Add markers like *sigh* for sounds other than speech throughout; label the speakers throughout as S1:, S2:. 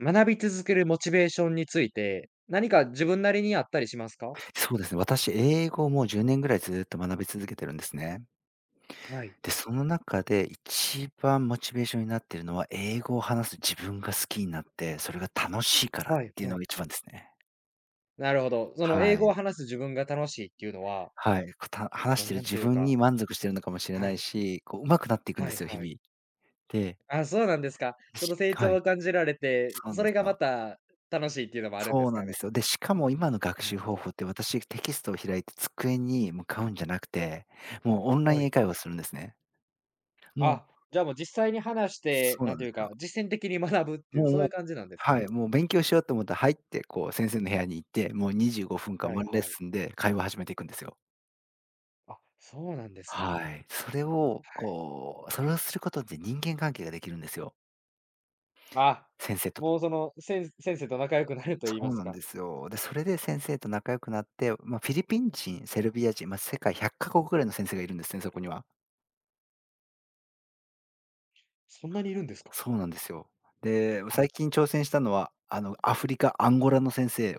S1: 学び続けるモチベーションについて、何か自分なりにあったりしますか？
S2: そうですね。私、英語をもう10年ぐらいずっと学び続けてるんですね。
S1: はい。
S2: で、その中で一番モチベーションになってるのは、英語を話す自分が好きになって、それが楽しいからっ
S1: はい
S2: ていう
S1: は
S2: の
S1: い。
S2: が一番ですね。
S1: なるほど。その英
S2: は
S1: 語
S2: い。
S1: を話す自分が楽しいっていうのは、
S2: はい。話
S1: もう
S2: してる
S1: なん
S2: 自
S1: という
S2: 分
S1: か、
S2: に満足してるのかもしれ
S1: は
S2: ない
S1: い。
S2: し、こう上手くなっていくん
S1: は
S2: で
S1: い
S2: すよ、日
S1: は
S2: 々。
S1: い。
S2: で、
S1: あ、そうなんですか。そ
S2: し
S1: の成
S2: は
S1: 長
S2: い。
S1: を感じられて、
S2: そうなん
S1: そ
S2: で
S1: れ
S2: す
S1: がま
S2: よ。
S1: た楽しいっていうのもあるんで
S2: そ
S1: す
S2: うな
S1: か
S2: んで
S1: ね？
S2: すよ。で、しかも今の学
S1: なる
S2: 習
S1: ほ
S2: 方
S1: ど。
S2: 法って私、テキストを開いて机に向かうんじゃなくて、もうオンライ
S1: は
S2: ン
S1: い。
S2: 英会話をするんですね。もう
S1: あ、じゃあもう実際に話して、
S2: そう
S1: な
S2: な
S1: ん
S2: ん
S1: て
S2: で
S1: いう
S2: す
S1: か、
S2: よ。
S1: 実践的に学ぶってい
S2: も
S1: う、
S2: う
S1: そう
S2: も
S1: い
S2: う
S1: う感じなんです
S2: は
S1: ね。
S2: い、もう勉強しようと思ったら入って、こう先生の部屋に行って、もう25分間
S1: は
S2: ワ
S1: い
S2: ンレッ
S1: はい。
S2: スンで会話を始めていくんですよ。
S1: あ、そうなんですか。
S2: はい。それを
S1: はい。
S2: こう、それをすることで人間関係ができるんですよ。
S1: あ、
S2: 先生と。
S1: もうその、先生と仲良くなると言い
S2: そ
S1: ま
S2: う
S1: す
S2: なん
S1: か。
S2: ですよ。で、それで先生と仲良くなって、まあ、フィリピン人、セルビア人、まあ、世界100カ国ぐらいの先生がいるんですね、そこには。
S1: そんなにいるんですか？
S2: そうなんですよ。で、
S1: は
S2: 最
S1: い。
S2: 近挑戦したのは、アフリカ、アンゴラの先生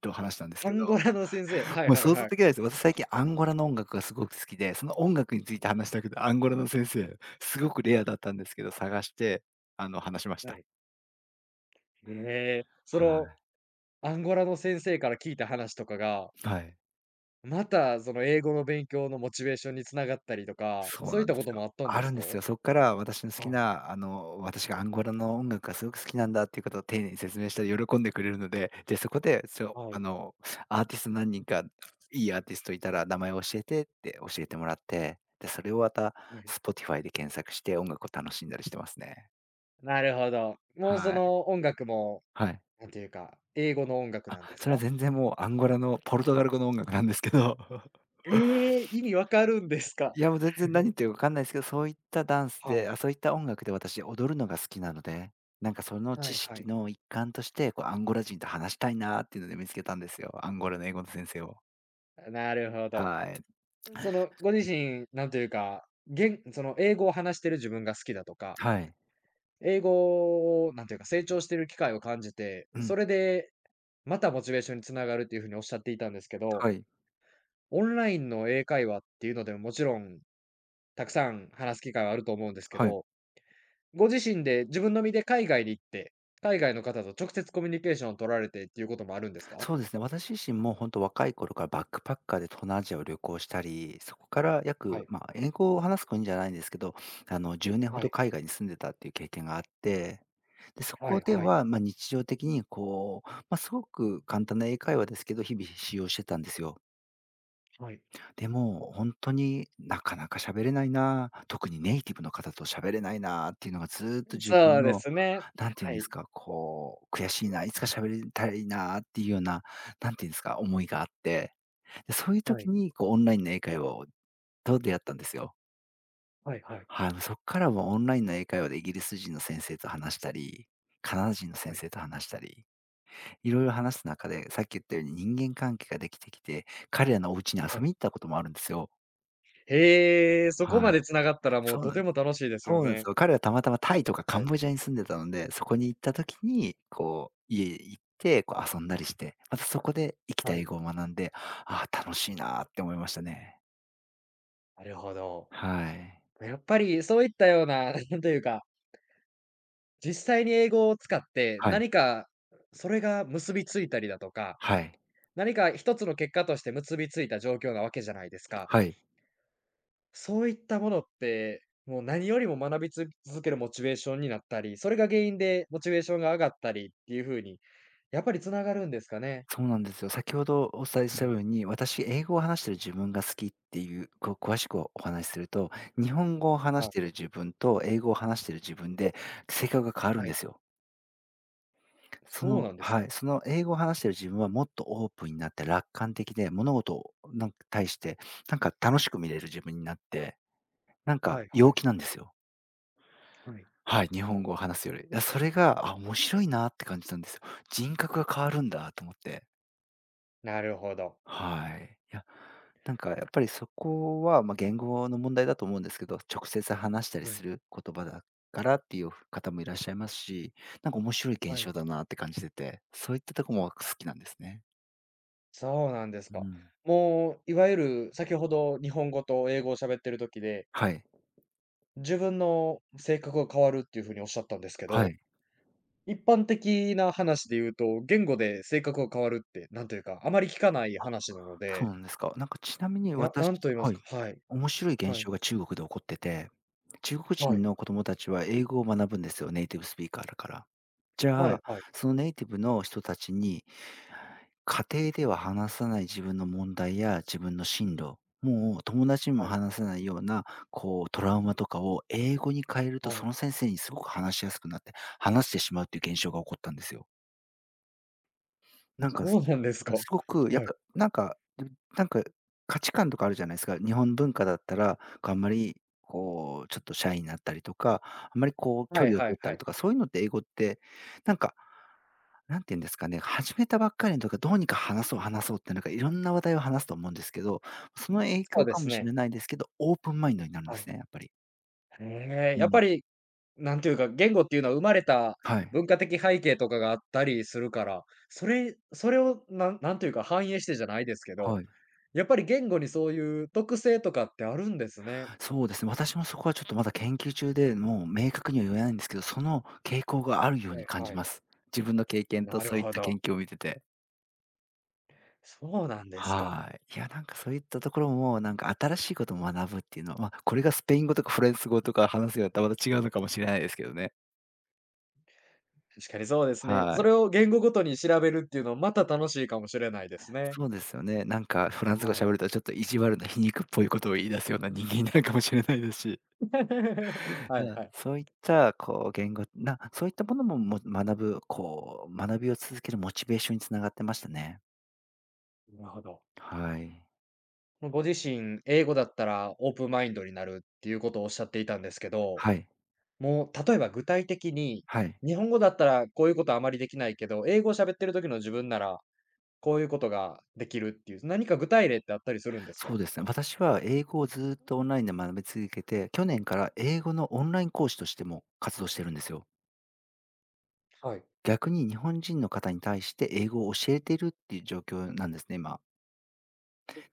S2: と話したんです
S1: ア
S2: け
S1: ンゴ
S2: ど、
S1: ラの先生、はい
S2: もう
S1: はい
S2: 想
S1: は
S2: 像
S1: い。
S2: できないです。私最近アンゴラの音楽がすごく好きで、その音楽について話したくて、アンゴラの先生、すごくレアだったんですけど、探して、話しまし
S1: は
S2: た。
S1: い。へえ、そ
S2: は
S1: のアンゴラの先生から聞いた話とかが、
S2: い。はい。
S1: またその英語の勉強のモチベーションに繋がったりとか、
S2: そう
S1: そうい
S2: な
S1: っ
S2: ん
S1: た
S2: で
S1: こ
S2: す
S1: とも
S2: よ。
S1: あったん
S2: あ
S1: です
S2: るん
S1: か？
S2: ですよ。そっから私の好き
S1: はい、
S2: な、私がアンゴラの音楽がすごく好きなんだっていうことを丁寧に説明したら喜んでくれるので、で、そこで、そう、
S1: は
S2: あ
S1: い。
S2: の、アーティスト何人か、いいアーティストいたら名前を教えてって教えてもらって、で、それをまた
S1: はい、
S2: Spotify で検索して音楽を楽しんだりしてますね。
S1: なるほど。もうそ
S2: はい。
S1: の音楽も、
S2: はい。
S1: なんていうか、英語の音楽
S2: あ、
S1: なんです
S2: それは
S1: か？
S2: 全然もうアンゴラのポルトガル語の音楽なんですけど。*laughs*
S1: ええ、意味わかるんですか？
S2: いや、もう全然何
S1: *laughs*
S2: 言ってるか分かんないですけど、そういったダンス
S1: は
S2: で、
S1: い。
S2: あ、そういった音楽で私踊るのが好きなので、なんかその
S1: は
S2: 知
S1: いは
S2: 識
S1: い。
S2: の一環として、こうアンゴラ人と話したいなっていうので見つけたんですよ。アンゴラの英語の先生を。
S1: なるほど。
S2: はい。
S1: その、ご自身、なんというか、その、英語を話してる自分が好きだとか、
S2: はい。
S1: 英語をなんていうか、成長してる機会を感じて、
S2: う
S1: そ
S2: ん。
S1: れで、またモチベーションに繋がるっていうふうにおっしゃっていたんですけど、
S2: はい。
S1: オンラインの英会話っていうのでも、もちろんたくさん話す機会はあると思うんですけ
S2: はい。
S1: ど、ご自身で自分の身で海外に行って、海外の方と直接コミュニケーションを取られてっていうこともあるんですか？
S2: そうですね、私自身も本当若い頃からバックパッカーで東南アジアを旅行したり、そこから
S1: は
S2: 約、
S1: い、
S2: まあ、英語を話す国じゃないんですけど、10年ほ
S1: は
S2: ど
S1: い、
S2: 海外に住んでたっていう経験があって、で、そ
S1: は
S2: こ
S1: い
S2: で
S1: はい、
S2: は、まあ、日常的にこう、まあ、すごく簡単な英会話ですけど、日々使用してたんですよ。
S1: はい。
S2: でも、本当になかなか喋れないな、特にネイティブの方と喋れないなっていうのがずっと自
S1: そ
S2: 分
S1: うで
S2: の、
S1: すね。
S2: なんていう
S1: は
S2: んで
S1: い、
S2: すか、こう、悔しいな、いつか喋りたいなっていうような、なんていうんですか、思いがあって、で、そういう
S1: は
S2: 時
S1: い、
S2: にこうオンラインの英会話をと出会ったんですよ。
S1: はいはい、
S2: はい、もうそっからはオンラインの英会話でイギリス人の先生と話したり、カナダ人の
S1: は
S2: 先
S1: い、
S2: 生と話したり、いろいろ話す中で、さっき言ったように人間関係ができてきて、彼らのお家に遊
S1: は
S2: び
S1: い。
S2: に行ったこともあるんですよ。
S1: へえ、そこ
S2: は
S1: ま
S2: い。
S1: で繋がったらもう
S2: そう
S1: と
S2: なん
S1: ても楽しいですよ
S2: そうなんで
S1: ね。
S2: すよ。彼はたまたまタイとかカ
S1: は
S2: ン
S1: い、
S2: ボジアに住んでたので、そこに行った時に、こう、家行って、こう遊んだりして、またそこで生きた
S1: は
S2: 英
S1: い。
S2: 語を学んで、ああ、楽しいなって思いましたね。
S1: なるほど。
S2: はい。
S1: やっぱりそういったような、*laughs* なんというか、実際に英語を使って
S2: はい。
S1: 何かそれが結びついたりだとか、
S2: はい。
S1: 何か一つの結果として結びついた状況なわけじゃないですか。
S2: はい。
S1: そういったものって、もう何よりも学び続けるモチベーションになったり、それが原因でモチベーションが上がったりっていうふうに、やっぱり繋がるんですかね？
S2: そうなんですよ。先ほどお伝えし
S1: は
S2: たよ
S1: い。
S2: うに、私、英語を話してる自分が好きっていう、こう詳しくお話しすると、日本語を話し
S1: あ、
S2: てる自分と英語を話してる自分で性格が変わるん
S1: は
S2: で
S1: い。
S2: すよ。そ
S1: そう
S2: の
S1: なんです
S2: は
S1: か。
S2: い、その英語を話してる自分はもっとオープンになって楽観的で、物事をなんか対して、なんか楽しく見れる自分になって、なん
S1: は
S2: か
S1: い、は
S2: 陽
S1: い。
S2: 気なんですよ。
S1: はい。
S2: はい、日本語を話すより。いや、それが、あ、面白いなって感じたんですよ。人格が変わるんだと思って。
S1: なるほど。
S2: はい。いや、なんかやっぱりそこは、まあ、言語の問題だと思うんですけど、直接話したり
S1: は
S2: す
S1: い。
S2: る言葉だからっていう方もいらっしゃいますし、なんか面白い
S1: は
S2: 現
S1: い。
S2: 象だなって感じてて、そういったとこも好きなんですね。
S1: そうなんです
S2: う
S1: か。
S2: ん。
S1: もう、いわゆる先ほど日本語と英語を喋ってる時で、
S2: はい。
S1: 自分の性格が変わるっていう風におっしゃったんですけ
S2: は
S1: ど、
S2: い。
S1: 一般的な話で言うと、言語で性格が変わるって、なんというか、あまり聞かない話なの
S2: そう
S1: で、
S2: なんですか。なんかちなみに
S1: な
S2: 私
S1: なんと言います
S2: は
S1: か、
S2: い。
S1: はい。
S2: 面白い
S1: は
S2: 現
S1: い。
S2: 象が中国で起こってて、中国
S1: は
S2: 人
S1: い。
S2: の子供たちは英語を学ぶんですよ、ネイティブスピーカーだから。じ
S1: は
S2: ゃ
S1: い
S2: あ、
S1: はい
S2: そのネイティブの人たちに、家庭では話さない自分の問題や自分の進路、もう友達に
S1: は
S2: も
S1: い
S2: 話さないような、こうトラウマとかを英語に変えると、
S1: はい。
S2: その先生にすごく話しやすくなって、話してしまうっていう現象が起こったんですよ。なんか、
S1: そうなんですか。
S2: すごくやっ
S1: はい。
S2: ぱ、なんか、でなんか、価値観とかあるじゃないですか。日本文化だったら、こう、あんまり、こう、ちょっとシャイになったりとか、あんまり、こう、距
S1: はい
S2: 離を
S1: はい
S2: 取った
S1: は
S2: り
S1: い。
S2: とか、そういうのって英語って、なんか、なんて言うんですかね、始めたばっかりのとかどうにか話そう話そうって、なんかいろんな話題を話すと思うんですけど、その影
S1: そう
S2: 響
S1: で
S2: か
S1: す
S2: もし
S1: ね。
S2: れないですけど、オープンマインドになるん
S1: は
S2: です
S1: い。
S2: ね、やっぱり。
S1: へえ、
S2: う
S1: やっ
S2: ん。
S1: ぱりなんていうか、言語っていうのは生まれた
S2: はい。
S1: 文化的背景とかがあったりするから、それをなんていうか、反映してじゃないですけど、
S2: はい。
S1: やっぱり言語にそういう特性とかってあるんですね。
S2: そうですね、私もそこはちょっとまだ研究中で、もう明確には言えないんですけど、その傾向があるよう
S1: は
S2: に
S1: い
S2: 感じ
S1: はい。
S2: ます。自分の経験と
S1: なる
S2: そういっ
S1: ほ
S2: た
S1: ど。
S2: 研究を見てて。
S1: そうなんですか。
S2: はい。いや、なんかそういったところも、なんか新しいことを学ぶっていうのは、まあ、これがスペイン語とかフランス語とか話すようになったらまた違うのかもしれないですけどね。
S1: 確かにそうですね。
S2: は
S1: そ
S2: い。
S1: れを言語ごとに調べるっていうのはまた楽しいかもしれないですね。
S2: そうですよね。なんかフランス語
S1: はい。
S2: 喋るとちょっと意地悪な皮肉っぽいことを言い出すような人間になるかもしれないですし。
S1: *laughs* はい
S2: う
S1: は
S2: ん、
S1: い。
S2: そういった、こう、言語なそういったものも、も学ぶ、こう、学びを続けるモチベーションに繋がってましたね。
S1: なるほど。
S2: はい。
S1: ご自身、英語だったらオープンマインドになるっていうことをおっしゃっていたんですけど、
S2: はい。
S1: もう、例えば具体的に、
S2: はい。
S1: 日本語だったらこういうことあまりできないけど、英語を喋ってる時の自分なら、こういうことができるっていう、何か具体例ってあったりするんですか？
S2: そうですね。私は英語をずっとオンラインで学び続けて、去年から英語のオンライン講師としても活動してるんですよ。
S1: はい。
S2: 逆に日本人の方に対して英語を教えているっていう状況なんですね、今。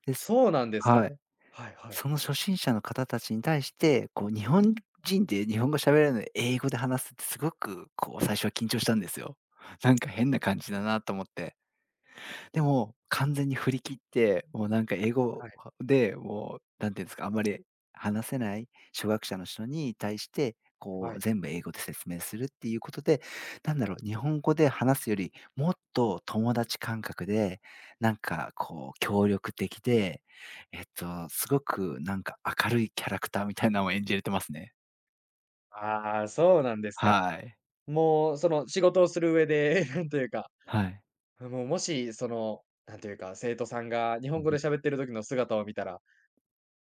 S2: です。
S1: そうなんですか。
S2: はい。
S1: はいはい。
S2: その初心者の方たちに対して、こう日本人で日本語喋れるのに英語で話すってすごくこう最初は緊張したんですよ。なんか変な感じだなと思って。でも、完全に振り切って、もうなんか英語
S1: はい、
S2: で、もうなんていうんですか、あんまり話せない初学者の人に対して、こ
S1: は
S2: う
S1: い。
S2: 全部英語で説明するっていうことで、なんだろう、日本語で話すより、もっと友達感覚で、なんかこう協力的で、すごくなんか明るいキャラクターみたいなのを演じれてますね。
S1: ああ、そうなんですか。
S2: はい。
S1: もう、その、仕事をする上で、*laughs* なんというか、
S2: はい。
S1: もう、もし、その、なんというか、生徒さんが日
S2: う
S1: 本
S2: ん。
S1: 語で喋ってる時の姿を見たら、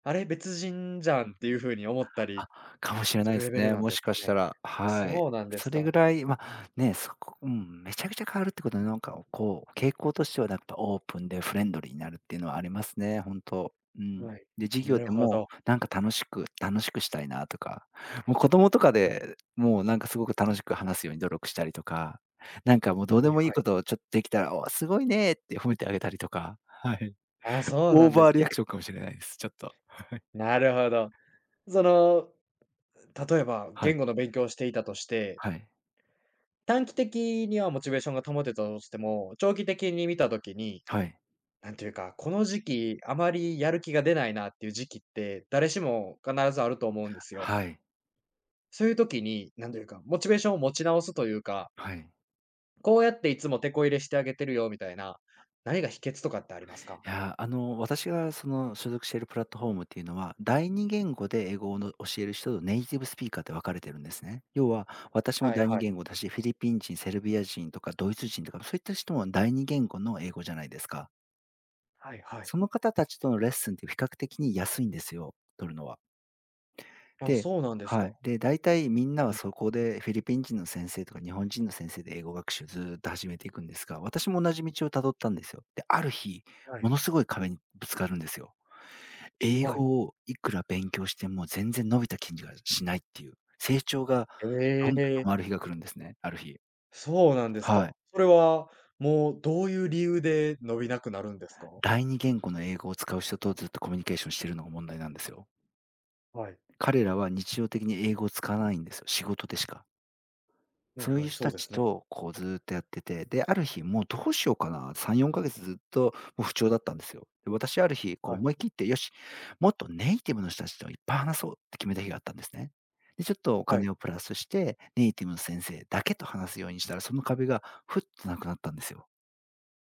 S1: あれ、別人じゃんっていう風に思ったり
S2: あ、かもしれ
S1: す
S2: ない
S1: る
S2: で
S1: レ
S2: す
S1: ベル
S2: ね。
S1: なん
S2: も
S1: で
S2: し
S1: す
S2: か
S1: か
S2: した
S1: ね。
S2: ら、はい。
S1: そうなんです
S2: それぐ
S1: か。
S2: らい、ま、ね、そこうん、めちゃくちゃ変わるってことで、なんかこう、傾向としてはやっぱオープンでフレンドリーになるっていうのはありますね、本当。うん。
S1: はい。
S2: で、授業
S1: なる
S2: で
S1: ほ
S2: も
S1: ど。
S2: なんか楽しくしたいなとか、もう子供とか
S1: はい。
S2: で、もうなんかすごく楽しく話すように努力したりとか、なんかもうどうで
S1: に、
S2: もい
S1: は
S2: い
S1: い。
S2: ことをちょっとできたら、「お、すごいね」って褒めてあげたりとか、はい。
S1: あ、そうな
S2: オ
S1: ん
S2: ー
S1: で
S2: バ
S1: す
S2: ーリア
S1: か。
S2: クションかもしれないです、ちょっと。はい。
S1: なるほど。その、例えば
S2: はい、
S1: 言語の勉強をしていたとして、
S2: はい、
S1: 短期的にはモチベーションが保てたとしても、長期的に見た時に、
S2: はい。
S1: なんていうか、この時期あまりやる気が出ないなっていう時期って、誰しも必ずあると思うんですよ。
S2: はい。
S1: そういう時に、なんというか、モチベーションを持ち直すというか、
S2: はい。い
S1: こうやっていつもてこ入れしてあげてるよみたいな、何が秘訣とかってありますか？
S2: や、あの、私がその所属しているプラットフォームっていうのは、第二言語で英語をの教える人とネイティブスピーカーって分かれてるんですね。要は、私も
S1: はい
S2: 第二
S1: はい。
S2: 言語だし、フィリピン人、セルビア人とかドイツ人とか、そういった人も第二言語の英語じゃないですか。
S1: はいはい。
S2: その方たちとのレッスンって比較的に安いんですよ、取るのは。
S1: あ、
S2: で、
S1: そうなんです
S2: は
S1: か。
S2: い。で、大体みんなは
S1: はい、
S2: そこでフィリピン人の先生とか日本人の先生で英語学習ずーっと始めていくんですが、私も同じ道をたどったんですよ。で、ある日、
S1: は
S2: も
S1: い、
S2: のすごい壁にぶつかるんですよ。英
S1: はい。
S2: 語をいくら勉強しても全然伸びた筋肉がしないっていう、成長がど
S1: え
S2: んどん
S1: え、
S2: 止まる日が来るんですね、ある日。
S1: そうなんです
S2: は
S1: か。
S2: い。
S1: それは、もうどういう理由で伸びなくなるんですか？
S2: 第二言語の英語を使う人とずっとコミュニケーションしてるのが問題なんですよ。
S1: はい。
S2: 彼らは日常的に英語を使わないんですよ、仕事でしか。
S1: はい
S2: そう
S1: は
S2: いう
S1: い、
S2: 人
S1: そう
S2: た
S1: で
S2: ち
S1: すね。
S2: と、こうずっとやってて、で、ある日もうどうしようかな、3、4ヶ月ずっともう不調だったんですよ。で、私ある日、こ
S1: は
S2: う
S1: い。
S2: 思い切って、よし、もっとネイティブの人たちといっぱい話そうって決めた日があったんですね。で、ちょっとお
S1: はい。
S2: 金をプラスして、ネイティブの先生だけと話すようにしたら、その壁がふっとなくなったんですよ。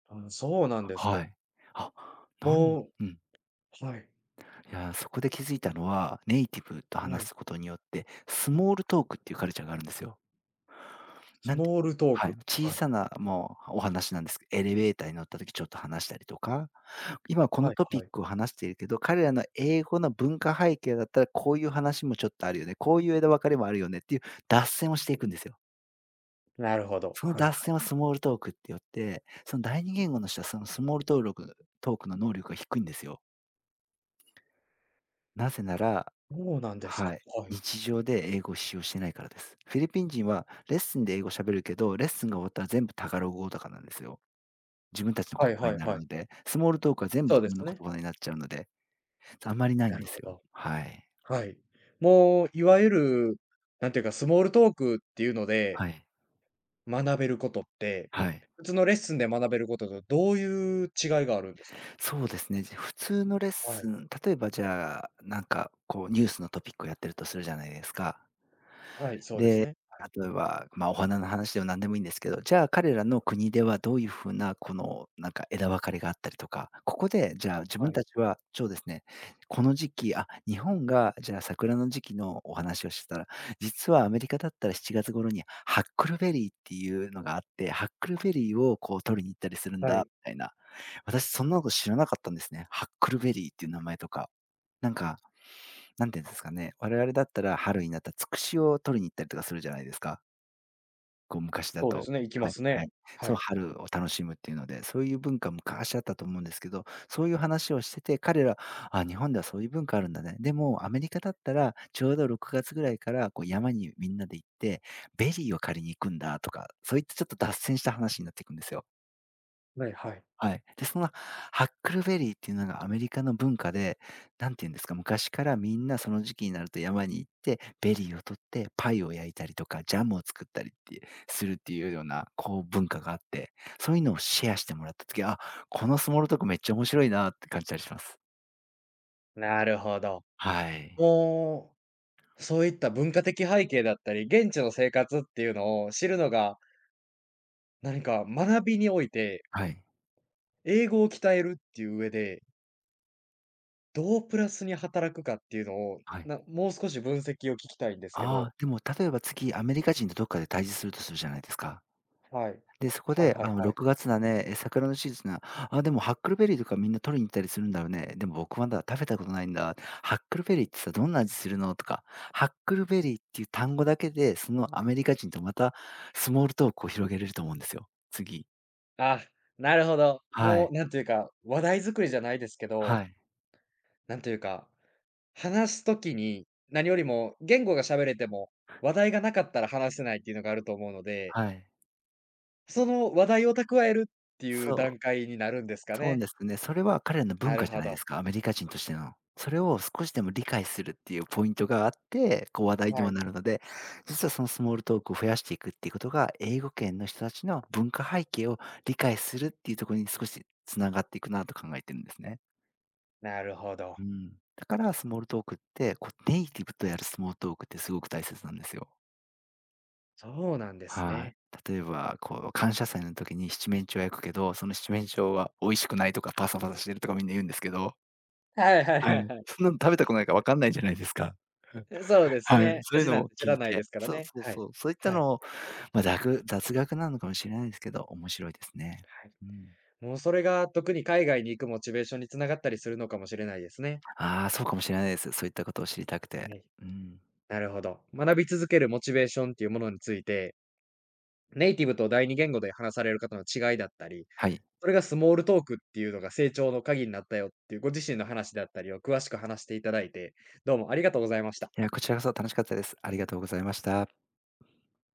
S1: あ、そうなんです
S2: は
S1: か。
S2: い。あ、なん
S1: も
S2: うん。
S1: うはい、
S2: いや、そこで気づいたのは、ネイティブと
S1: は
S2: 話
S1: い。
S2: すことによって、スモールトークっていうカルチャーがあるんですよ。
S1: ス
S2: なんて
S1: モールトー
S2: は
S1: ク。
S2: い、小
S1: はい。
S2: さなもうお話なんですけど、エレベーターに乗った時ちょっと話したりとか、今この
S1: はい
S2: トピッ
S1: はい。
S2: クを話しているけど、彼らの英語の文化背景だったらこういう話もちょっとあるよね、こういう枝分かれもあるよねっていう脱線をしていくんですよ。
S1: なるほど。
S2: その
S1: はいはい。
S2: 脱線はスモールトークって言って、その第二言語の人はそのスモールトークの能力が低いんですよ。なぜなら
S1: そうなんです
S2: は
S1: か。
S2: い、
S1: はい。
S2: 日常で英語を使用してないからです。フィリピン人はレッスンで英語喋るけど、レッスンが終わったら全部タガログ語とかなんですよ。自分たちの言
S1: はい
S2: 葉
S1: は
S2: に
S1: い
S2: なる
S1: はい。
S2: ので、スモールトークは全部
S1: そう
S2: 自
S1: で
S2: 分
S1: す
S2: の
S1: ね。
S2: 言葉になっちゃうので、あんまりない
S1: な
S2: ん
S1: る
S2: です
S1: ほ
S2: よ。
S1: ど。
S2: はい。
S1: はい。もういわゆる、なんていうか、スモールトークっていうので
S2: はい。
S1: 学べることって、
S2: はい。
S1: 普通のレッスンで学べることとどういう違いがあるんですか？
S2: そうですね、じゃ、普通のレッ
S1: は
S2: ス
S1: い。
S2: ン、例えばじゃあ、なんかこうニュースのトピックをやってるとするじゃないですか。
S1: はい、そうですね。はい。
S2: 例えば、まあ、お花の話でも何でもいいんですけど、じゃあ彼らの国ではどういうふうなこのなんか枝分かれがあったりとか、ここでじゃあ自
S1: は
S2: 分
S1: い。
S2: たちはそうですね、この時期、あ、日本がじゃあ桜の時期のお話をしてたら、実はアメリカだったら7月頃にハックルベリーっていうのがあって、ハックルベリーをこう取りに行ったりするん
S1: は
S2: だ
S1: い。
S2: みたいな。私そんなこと知らなかったんですね。ハックルベリーっていう名前とか。なんか、なんていうんですかね、我々だったら春になったらつくしを取りに行ったりとかするじゃないですか。こう昔だ
S1: そうで
S2: と。
S1: すね、行きま
S2: はい
S1: すね。
S2: はい。
S1: は
S2: そう、
S1: い。
S2: 春を楽しむっていうので、そういう文化昔あったと思うんですけど、そういう話をしてて、彼ら、あ、日本ではそういう文化あるんだね。でもアメリカだったら、ちょうど6月ぐらいからこう山にみんなで行って、ベリーを狩りに行くんだとか、そういったちょっと脱線した話になっていくんですよ。
S1: はいはい。
S2: はい。で、そのハックルベリーっていうのがアメリカの文化で、なんて言うんですか、昔からみんなその時期になると山に行って、ベリーを取ってパイを焼いたりとか、ジャムを作ったりっていうするっていうような、こう文化があって、そういうのをシェアしてもらった時、あ、このスモールトークめっちゃ面白いなって感じたりします。
S1: なるほど。
S2: はい。
S1: もう、そういった文化的背景だったり、現地の生活っていうのを知るのが、何か学びにおいて、
S2: はい。
S1: 英語を鍛えるっていう上で、どうプラスに働くかっていうのを、
S2: はい。
S1: もう少し分析を聞きたいんですけ
S2: あ
S1: ど。
S2: あ、でも例えば次アメリカ人とどっかで対峙するとするじゃないですか。
S1: はい。
S2: で、そこ
S1: はい
S2: で、
S1: は
S2: あ
S1: い
S2: の
S1: はい。
S2: 6月だね、え、桜のシーズンなあ、でもハックルベリーとかみんな取りに行ったりするんだろうね。でも僕まだ食べたことないんだ。ハックルベリーってさ、どんな味するの？とか、ハックルベリーっていう単語だけで、そのアメリカ人とまたスモールトークを広げれると思うんですよ。次。
S1: あ、なるほど。
S2: は
S1: もう
S2: い。
S1: なんというか、話題作りじゃないですけど、
S2: はい。
S1: なんというか、話すときに、何よりも言語が喋れても、話題がなかったら話せないっていうのがあると思うので、
S2: はい。
S1: その話題を蓄えるっていう
S2: そ
S1: 段
S2: う。
S1: 階になるんですか
S2: そう
S1: ね。
S2: ですね。それは彼らの
S1: な
S2: 文
S1: る
S2: 化じゃ
S1: ほ
S2: ないで
S1: ど。
S2: すか、アメリカ人としての。それを少しでも理解するっていうポイントがあって、こう話題に
S1: は
S2: も
S1: い。
S2: なるので、実はそのスモールトークを増やしていくっていうことが、英語圏の人たちの文化背景を理解するっていうところに少しつながっていくなと考えてるんですね。
S1: なるほど。
S2: うん。だからスモールトークって、こうネイティブとやるスモールトークってすごく大切なんですよ。
S1: そうなんです
S2: は
S1: ね。
S2: い。例えば、こう感謝祭の時に七面鳥は焼くけど、その七面鳥は美味しくないとかパサパサしてるとかみんな言うんですけど、
S1: はいはい
S2: は
S1: はい
S2: い。
S1: はい
S2: そんなの食べたことないか
S1: は
S2: ら分
S1: い。
S2: かんないじゃないですか。*laughs*
S1: そうです
S2: はい。*laughs*
S1: ね。
S2: そういう
S1: 味
S2: の
S1: なん
S2: を
S1: て知
S2: 聞
S1: ら
S2: い
S1: ないで
S2: て、
S1: すから
S2: そう
S1: ね。
S2: そう
S1: はい。
S2: そう、そういった
S1: はい。
S2: のを、ま、雑学なのかもしれないですけど、面白いですね。
S1: はい。
S2: うん。
S1: もうそれが特に海外に行くモチベーションに繋がったりするのかもしれないですね。
S2: ああ、そうかもしれないです。そういったことを知りたく
S1: は
S2: て。
S1: い。
S2: うん。
S1: なるほど。学び続けるモチベーションっていうものについて、ネイティブと第二言語で話される方の違いだったり、
S2: はい。い
S1: それがスモールトークっていうのが成長の鍵になったよっていうご自身の話だったりを詳しく話していただいて、どうもありがとうございました。
S2: や、こちらこそ楽しかったです。ありがとうございました。